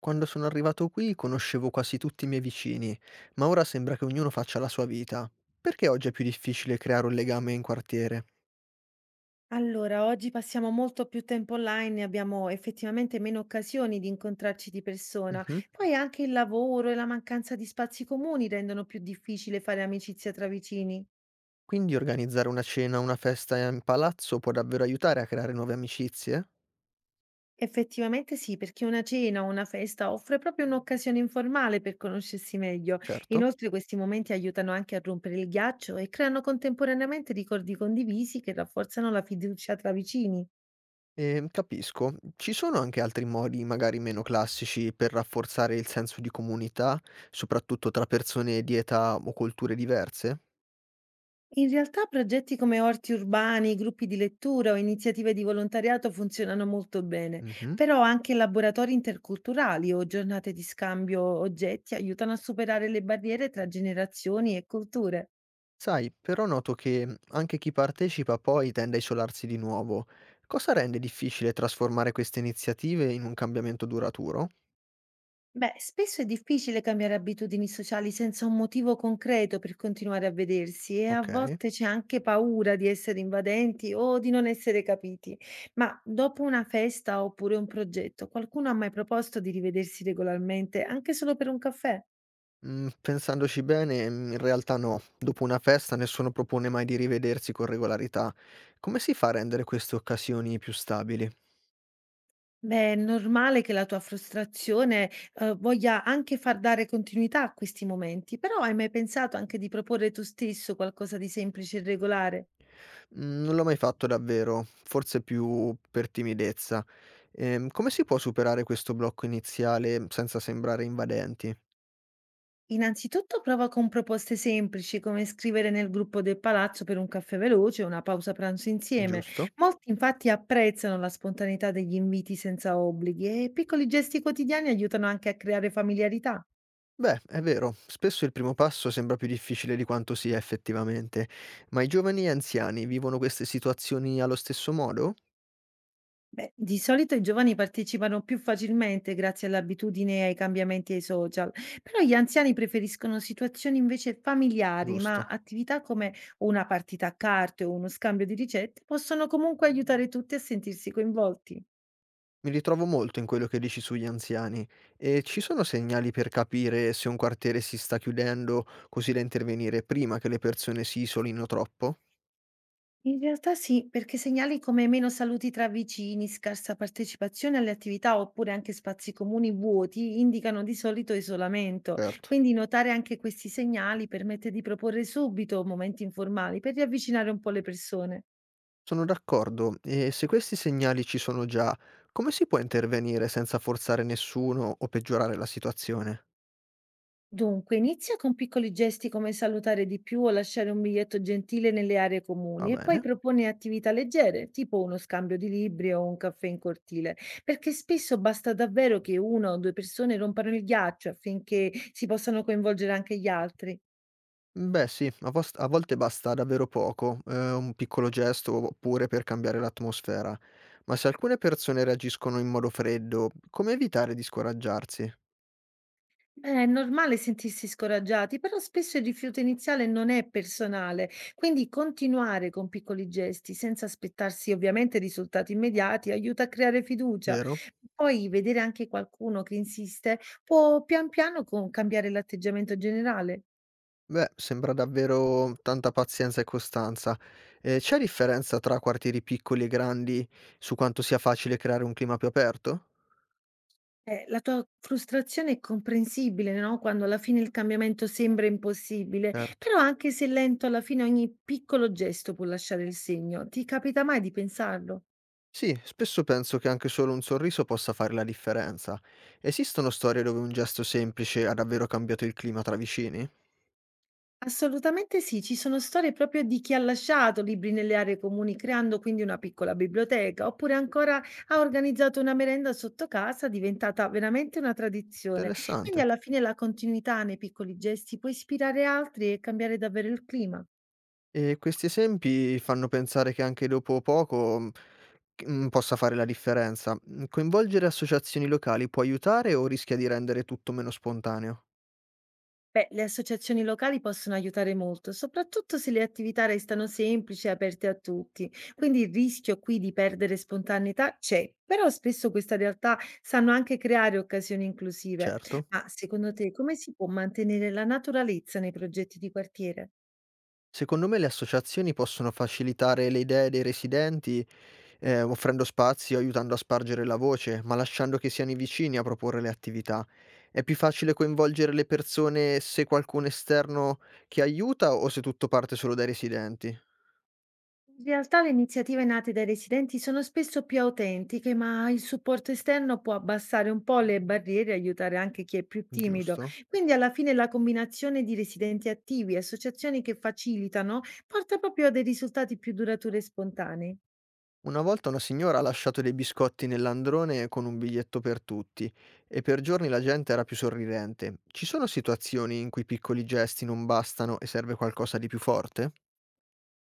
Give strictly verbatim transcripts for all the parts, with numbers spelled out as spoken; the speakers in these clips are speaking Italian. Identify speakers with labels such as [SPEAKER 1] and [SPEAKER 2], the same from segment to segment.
[SPEAKER 1] Quando sono arrivato qui conoscevo quasi tutti i miei vicini, ma ora sembra che ognuno faccia la sua vita. Perché oggi è più difficile creare un legame in quartiere?
[SPEAKER 2] Allora, oggi passiamo molto più tempo online e abbiamo effettivamente meno occasioni di incontrarci di persona.
[SPEAKER 1] Mhm.
[SPEAKER 2] Poi anche il lavoro e la mancanza di spazi comuni rendono più difficile fare amicizia tra vicini.
[SPEAKER 1] Quindi organizzare una cena o una festa in palazzo può davvero aiutare a creare nuove amicizie?
[SPEAKER 2] Effettivamente sì, perché una cena o una festa offre proprio un'occasione informale per conoscersi meglio.
[SPEAKER 1] Certo.
[SPEAKER 2] Inoltre questi momenti aiutano anche a rompere il ghiaccio e creano contemporaneamente ricordi condivisi che rafforzano la fiducia tra vicini.
[SPEAKER 1] E, capisco, ci sono anche altri modi, magari meno classici, per rafforzare il senso di comunità, soprattutto tra persone di età o culture diverse?
[SPEAKER 2] In realtà progetti come orti urbani, gruppi di lettura o iniziative di volontariato funzionano molto bene,
[SPEAKER 1] Mhm.
[SPEAKER 2] però anche laboratori interculturali o giornate di scambio oggetti aiutano a superare le barriere tra generazioni e culture.
[SPEAKER 1] Sai, però noto che mh, anche chi partecipa poi tende a isolarsi di nuovo. Cosa rende difficile trasformare queste iniziative in un cambiamento duraturo?
[SPEAKER 2] Beh, spesso è difficile cambiare abitudini sociali senza un motivo concreto per continuare a vedersi e a
[SPEAKER 1] Ok.
[SPEAKER 2] volte c'è anche paura di essere invadenti o di non essere capiti. Ma dopo una festa oppure un progetto, qualcuno ha mai proposto di rivedersi regolarmente, anche solo per un caffè?
[SPEAKER 1] Mm, pensandoci bene, mm, in realtà no. Dopo una festa nessuno propone mai di rivedersi con regolarità. Come si fa a rendere queste occasioni più stabili?
[SPEAKER 2] Beh, è normale che la tua frustrazione, eh, voglia anche far dare continuità a questi momenti, però hai mai pensato anche di proporre tu stesso qualcosa di semplice e regolare?
[SPEAKER 1] Mm, non l'ho mai fatto davvero, forse più per timidezza. Ehm, come si può superare questo blocco iniziale senza sembrare invadenti?
[SPEAKER 2] Innanzitutto prova con proposte semplici come scrivere nel gruppo del palazzo per un caffè veloce o una pausa pranzo insieme.
[SPEAKER 1] Giusto?
[SPEAKER 2] Molti infatti apprezzano la spontaneità degli inviti senza obblighi e piccoli gesti quotidiani aiutano anche a creare familiarità.
[SPEAKER 1] Beh, è vero, spesso il primo passo sembra più difficile di quanto sia effettivamente, ma i giovani e anziani vivono queste situazioni allo stesso modo?
[SPEAKER 2] Beh, di solito i giovani partecipano più facilmente grazie all'abitudine e ai cambiamenti ai social, però gli anziani preferiscono situazioni invece familiari, ma
[SPEAKER 1] Giusto.
[SPEAKER 2] attività come una partita a carte o uno scambio di ricette possono comunque aiutare tutti a sentirsi coinvolti.
[SPEAKER 1] Mi ritrovo molto in quello che dici sugli anziani. E ci sono segnali per capire se un quartiere si sta chiudendo, così da intervenire prima che le persone si isolino troppo?
[SPEAKER 2] In realtà sì, perché segnali come meno saluti tra vicini, scarsa partecipazione alle attività oppure anche spazi comuni vuoti indicano di solito isolamento.
[SPEAKER 1] Certo.
[SPEAKER 2] Quindi notare anche questi segnali permette di proporre subito momenti informali per riavvicinare un po' le persone.
[SPEAKER 1] Sono d'accordo, e se questi segnali ci sono già, come si può intervenire senza forzare nessuno o peggiorare la situazione?
[SPEAKER 2] Dunque, inizia con piccoli gesti come salutare di più o lasciare un biglietto gentile nelle aree
[SPEAKER 1] Va
[SPEAKER 2] comuni e poi
[SPEAKER 1] bene.
[SPEAKER 2] propone attività leggere, tipo uno scambio di libri o un caffè in cortile, perché spesso basta davvero che una o due persone rompano il ghiaccio affinché si possano coinvolgere anche gli altri.
[SPEAKER 1] Beh sì, a vost a volte basta davvero poco, ehm, un piccolo gesto oppure per cambiare l'atmosfera. Ma se alcune persone reagiscono in modo freddo, come evitare di scoraggiarsi,
[SPEAKER 2] Eh, è normale sentirsi scoraggiati, però spesso il rifiuto iniziale non è personale, quindi continuare con piccoli gesti senza aspettarsi ovviamente risultati immediati aiuta a creare fiducia.
[SPEAKER 1] vero?
[SPEAKER 2] Poi vedere anche qualcuno che insiste può pian piano con- cambiare l'atteggiamento generale.
[SPEAKER 1] Beh, sembra davvero tanta pazienza e costanza. Ehm, c'è differenza tra quartieri piccoli e grandi su quanto sia facile creare un clima più aperto?
[SPEAKER 2] Eh, la tua frustrazione è comprensibile, no? Quando alla fine il cambiamento sembra impossibile,
[SPEAKER 1] Certo.
[SPEAKER 2] però anche se lento, alla fine ogni piccolo gesto può lasciare il segno. Ti capita mai di pensarlo?
[SPEAKER 1] Sì, spesso penso che anche solo un sorriso possa fare la differenza. Esistono storie dove un gesto semplice ha davvero cambiato il clima tra vicini?
[SPEAKER 2] Assolutamente sì, ci sono storie proprio di chi ha lasciato libri nelle aree comuni creando quindi una piccola biblioteca, oppure ancora ha organizzato una merenda sotto casa diventata veramente una tradizione. Quindi
[SPEAKER 1] Interessante.
[SPEAKER 2] alla fine la continuità nei piccoli gesti può ispirare altri e cambiare davvero il clima.
[SPEAKER 1] E questi esempi fanno pensare che anche dopo poco, mhmm, c mhmm, possa fare la differenza. Mhmm, Coinvolgere associazioni locali può aiutare o rischia di rendere tutto meno spontaneo?
[SPEAKER 2] Beh, le associazioni locali possono aiutare molto, soprattutto se le attività restano semplici e aperte a tutti. Quindi il rischio qui di perdere spontaneità c'è, però spesso queste realtà sanno anche creare occasioni inclusive.
[SPEAKER 1] Certo.
[SPEAKER 2] Ma secondo te come si può mantenere la naturalezza nei progetti di quartiere?
[SPEAKER 1] Secondo me le associazioni possono facilitare le idee dei residenti, ehm, offrendo spazio, aiutando a spargere la voce, ma lasciando che siano i vicini a proporre le attività. È più facile coinvolgere le persone se qualcuno esterno che aiuta o se tutto parte solo dai residenti?
[SPEAKER 2] In realtà le iniziative nate dai residenti sono spesso più autentiche, ma il supporto esterno può abbassare un po' le barriere e aiutare anche chi è più timido.
[SPEAKER 1] Giusto?
[SPEAKER 2] Quindi alla fine la combinazione di residenti attivi e associazioni che facilitano porta proprio a dei risultati più duraturi e spontanei.
[SPEAKER 1] Una volta una signora ha lasciato dei biscotti nell'androne con un biglietto per tutti e per giorni la gente era più sorridente. Ci sono situazioni in cui piccoli gesti non bastano e serve qualcosa di più forte?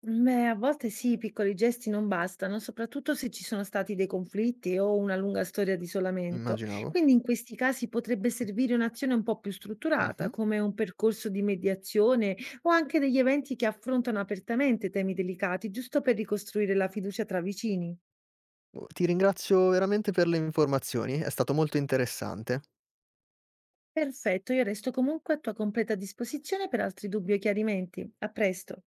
[SPEAKER 2] Beh, a volte sì, i piccoli gesti non bastano, soprattutto se ci sono stati dei conflitti o una lunga storia di isolamento.
[SPEAKER 1] Immaginavo.
[SPEAKER 2] Quindi in questi casi potrebbe servire un'azione un po' più strutturata,
[SPEAKER 1] Mhm.
[SPEAKER 2] come un percorso di mediazione o anche degli eventi che affrontano apertamente temi delicati, giusto per ricostruire la fiducia tra vicini.
[SPEAKER 1] Oh, ti ringrazio veramente per le informazioni, è stato molto interessante.
[SPEAKER 2] Perfetto, io resto comunque a tua completa disposizione per altri dubbi o chiarimenti. A presto.